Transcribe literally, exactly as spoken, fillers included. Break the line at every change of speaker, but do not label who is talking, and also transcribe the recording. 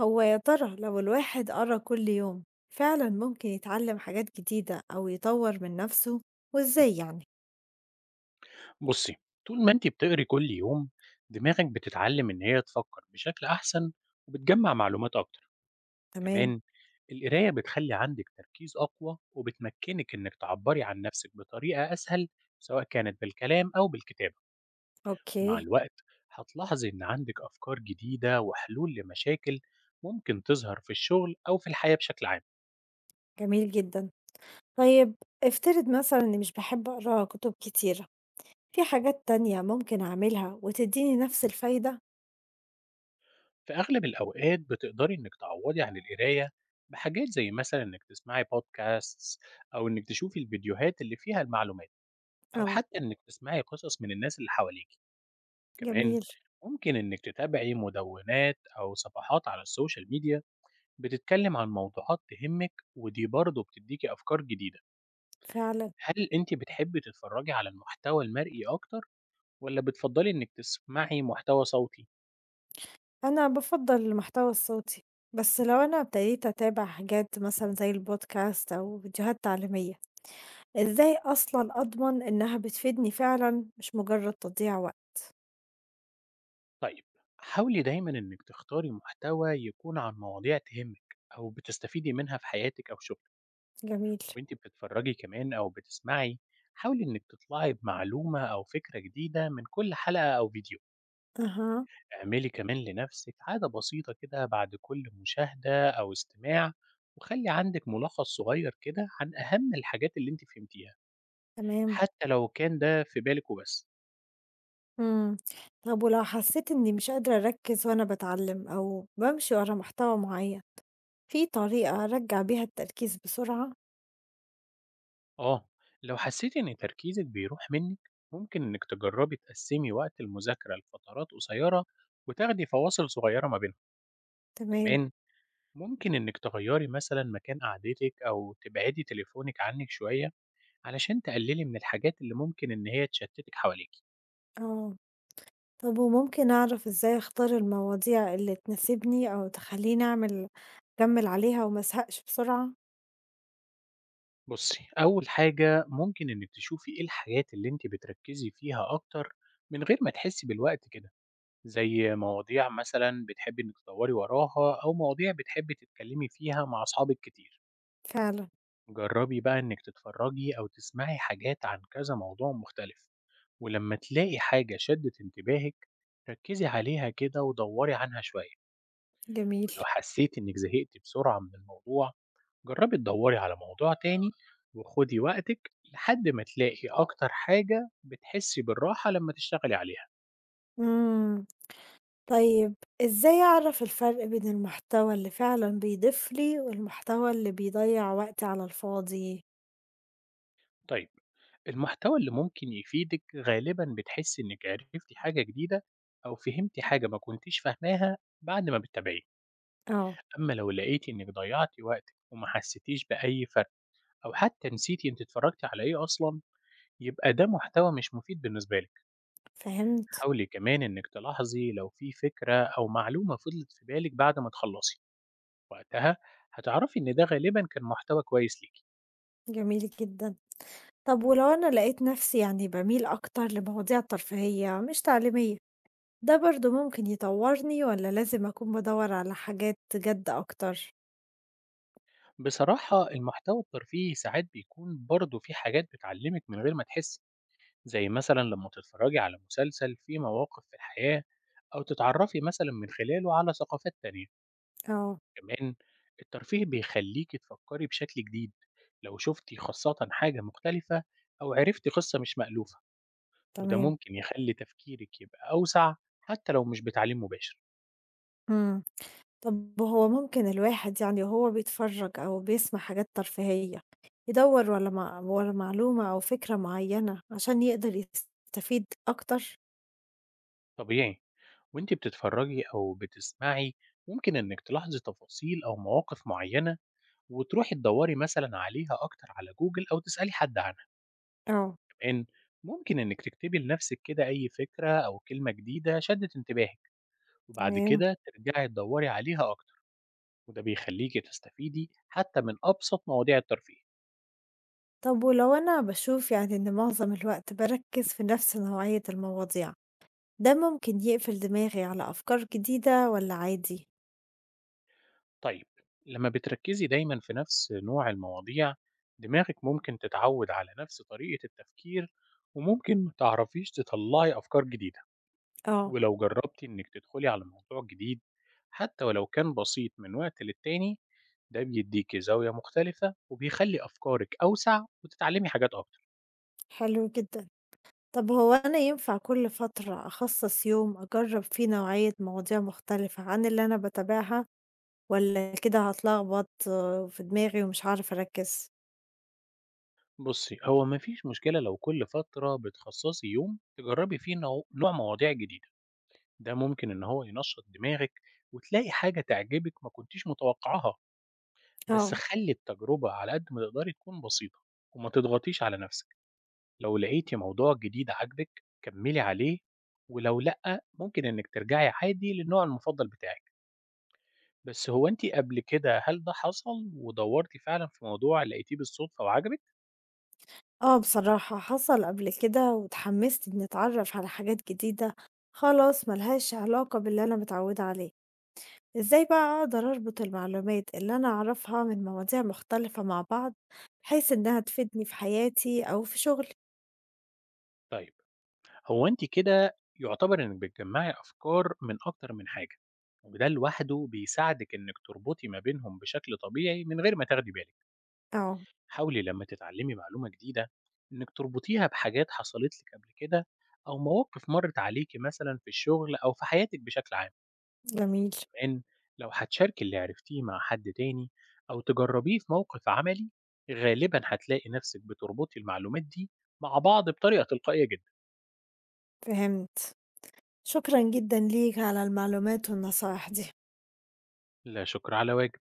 هو يا ترى لو الواحد قرأ كل يوم فعلا ممكن يتعلم حاجات جديدة أو يطور من نفسه، وإزاي يعني؟
بصي، طول ما انت بتقري كل يوم دماغك بتتعلم ان هي تفكر بشكل احسن وبتجمع معلومات اكتر.
تمام.
كمان، القرايه بتخلي عندك تركيز اقوى وبتمكنك انك تعبري عن نفسك بطريقه اسهل، سواء كانت بالكلام او بالكتابه. مع
أوكي.
الوقت، هتلاحظي ان عندك افكار جديده وحلول لمشاكل ممكن تظهر في الشغل او في الحياه بشكل عام.
جميل جدا. طيب، افترض مثلا إني مش بحب أقرأ كتب كتيرة، في حاجات تانية ممكن أعملها وتديني نفس الفايدة؟
في أغلب الأوقات بتقدري إنِّك تعوّضي عن القراية بحاجات زي مثلًا إنِّك تسمعي podcasts، أو إنِّك تشوفي الفيديوهات اللي فيها المعلومات، أو
أه.
حتى إنِّك تسمعي قصص من الناس اللي حواليكِ. كمان
جميل.
ممكن إنِّك تتابعي مدونات أو صفحات على السوشيال ميديا بتتكلم عن موضوعات تهمِّك، ودي برضه بتديكِ أفكار جديدة.
فعلا.
هل أنتِ بتحبي تتفرّجي على المحتوى المرئي أكتر والّا بتفضّلي إنِّك تسمعي محتوى صوتي؟
أنا بفضل المحتوى الصوتي، بس لو أنا ابتديت أتابع حاجات مثلا زي البودكاست أو فيديوهات تعليمية، إزاي أصلًا أضمن إنها بتفيدني فعلًا مش مجرد تضييع وقت؟
طيب، حاولي دايما إنك تختاري محتوى يكون عن مواضيع تهمك أو بتستفيدي منها في حياتك أو شغلك.
جميل.
وإنت بتتفرجي كمان أو بتسمعي، حاولي إنك تطلعي بمعلومة أو فكرة جديدة من كل حلقة أو فيديو.
أها.
اعملي كمان لنفسك عادة بسيطة كده بعد كل مشاهدة أو استماع، وخلي عندك ملخص صغير كده عن أهم الحاجات اللي إنت فهمتيها،
تمام.
حتى لو كان ده في بالك وبس.
إمم، طب ولو حسيت إني مش قادرة أركّز وأنا باتعلم أو بامشي ورا محتوى معيّن، في طريقة أرجّع بيها التركيز بسرعة؟
آه، لو حسيتِ إن تركيزِك بيروح منِّك، ممكن إنِّك تجربي تقسّمي وقت المذاكرة لفترات قصيرة وتاخدي فواصل صغيرة ما بينهم.
تمام.
كمان ممكن إنِّك تغيّري مثلًا مكان قعدتِك أو تبعدي تليفونِك عنِّك شوية، علشان تقللي من الحاجات اللي ممكن إن هي تشتتِك حواليكِ.
آه. طب وممكن أعرف إزاي أختار المواضيع اللي تناسبني أو تخلّيني أعمل أكمّل عليها وما أزهقش بسرعة؟
بُصّي، أول حاجة ممكن إنِّك تشوفي إيه الحاجات اللي أنتِ بتركّزي فيها أكتر من غير ما تحسّي بالوقت كده، زي مواضيع مثلا بتحبي إنِك تدوّري وراها أو مواضيع بتحبي تتكلّمي فيها مع أصحابِك كتير.
فعلًا.
جرّبي بقى إنِك تتفرّجي أو تسمعي حاجات عن كذا موضوع مختلف، ولمّا تلاقي حاجة شدِّت انتباهِك، ركّزي عليها كده ودوّري عنها شوية.
جميل.
ولو حسّيتِ إنِك زهقتِ بسرعة من الموضوع، جرّبي تدوّري على موضوع تاني، وخُدي وقتِك لحد ما تلاقي أكتر حاجة بتحسّي بالراحة لمّا تشتغلي عليها.
إمم. طيب، إزاي أعرف الفرق بين المحتوى اللي فعلًا بيضيف لي والمحتوى اللي بيضيّع وقتي على الفاضي؟
طيب، المحتوى اللي ممكن يفيدِك غالبًا بتحسّي إنِّك عرفتِ حاجة جديدة أو فهمتِ حاجة ما كنتيش فاهماها بعد ما بتتابعيه.
آه.
أمّا لو لقيتِ إنِّك ضيّعتِ وقتِك وما حسّيتيش بأي فرق، أو حتى نسيتِ أنتِ اتفرّجتِ على إيه أصلًا، يبقى ده محتوى مش مفيد بالنسبة لِك.
فهمت.
حاولي كمان إنِّك تلاحظي لو في فكرة أو معلومة فضلت في بالِك بعد ما تخلّصي، وقتها هتعرفي إن ده غالبًا كان محتوى كويس ليكِ.
جميل جدًا. طب ولو أنا لقيت نفسي يعني باميل أكتر لمواضيع ترفيهية مش تعليمية، ده برضه ممكن يطوّرني والّا لازم أكون بادوّر على حاجات جَد أكتر؟
بصراحة المحتوى الترفيهي ساعات بيكون برضه فيه حاجات بتعلمك من غير ما تحسي، زي مثلا لما تتفرجي على مسلسل فيه مواقف في الحياة أو تتعرفي مثلا من خلاله على ثقافات تانية.
آه.
كمان الترفيه بيخليكي تفكري بشكل جديد، لو شفتي خاصة حاجة مختلفة أو عرفتي قصة مش مألوفة. وده
تمام.
ممكن يخلي تفكيرك يبقى أوسع، حتى لو مش بتعليم مباشر.
إمم. طب هو ممكن الواحد يعني وهو بيتفرّج أو بيسمع حاجات ترفيهية، يدوّر ورا مع ورا معلومة أو فكرة معيّنة عشان يقدر يستفيد أكتر؟
طبيعي، وانت بتتفرجي أو بتسمعي ممكن إنك تلاحظي تفاصيل أو مواقف معينة وتروحي تدوري مثلًا عليها أكتر على جوجل أو تسألي حد عنها.
آه.
كمان ممكن إنِك تكتبي لنفسِك كده أي فكرة أو كلمة جديدة شدت انتباهِك، وبعد
تمام.
كده ترجعي تدوري عليها أكتر. وده بيخليكِ تستفيدي حتى من أبسط مواضيع الترفيه.
طب ولو أنا باشوف يعني إن معظم الوقت باركّز في نفس نوعية المواضيع، ده ممكن يقفل دماغي على أفكار جديدة والّا عادي؟
طيب، لما بتركزي دايمًا في نفس نوع المواضيع، دماغِك ممكن تتعود على نفس طريقة التفكير، وممكن ما تعرفيش تطلعي أفكار جديدة.
آه.
ولو جربتي إنك تدخلي على موضوع جديد، حتى ولو كان بسيط من وقت للتاني، ده بيديكي زاوية مختلفة وبيخلي أفكارك أوسع وتتعلمي حاجات أكتر.
حلو جدًا. طب هو أنا ينفع كل فترة أخصّص يوم أجرّب فيه نوعية مواضيع مختلفة عن اللي أنا باتابعها؟ والّا كده هاتلخبط في دماغي ومش هاعرف أركّز؟
بصي، هو مفيش مشكلة لو كل فترة بتخصصي يوم تجربي فيه نوع نوع مواضيع جديدة. ده ممكن إن هو ينشط دماغك وتلاقي حاجة تعجبك ما كنتيش متوقعاها. بس
آه.
خلي التجربة على قد ما تقدري تكون بسيطة وما تضغطيش على نفسك. لو لقيتِ موضوع جديد عاجبِك كمّلي عليه، ولو لأ، ممكن إنِّك ترجعي عادي للنوع المفضل بتاعِك. بس هو أنتِ قبل كده، هل ده حصل ودوّرتِ فعلًا في موضوع لقيتيه بالصدفة وعجبِك؟
آه، بصراحة حصل قبل كده واتحمّست إني أتعرّف على حاجات جديدة خلاص ما لهاش علاقة باللي أنا متعوّدة عليه، إزاي بقى أقدر أربط المعلومات اللي أنا أعرفها من مواضيع مختلفة مع بعض، بحيث إنها تفيدني في حياتي أو في شغلي؟
طيب، هو أنتِ كده يُعتبر إنِّك بتجمّعي أفكار من أكتر من حاجة، وده لوحده بيساعدِك إنِّك تربطي ما بينهم بشكل طبيعي من غير ما تاخدي بالِك.
آه.
حاولي لما تتعلمي معلومة جديدة إنك تربطيها بحاجات حصلت لك قبل كده، أو مواقف مرت عليكي مثلا في الشغل أو في حياتك بشكل عام.
جميل.
لأن لو هتشاركي اللي عرفتيه مع حد تاني أو تجربيه في موقف عملي، غالبا هتلاقي نفسك بتربطي المعلومات دي مع بعض بطريقة تلقائية جدا.
فهمت. شكرًا جدًا ليك على المعلومات والنصايح دي.
لا شكر على واجب.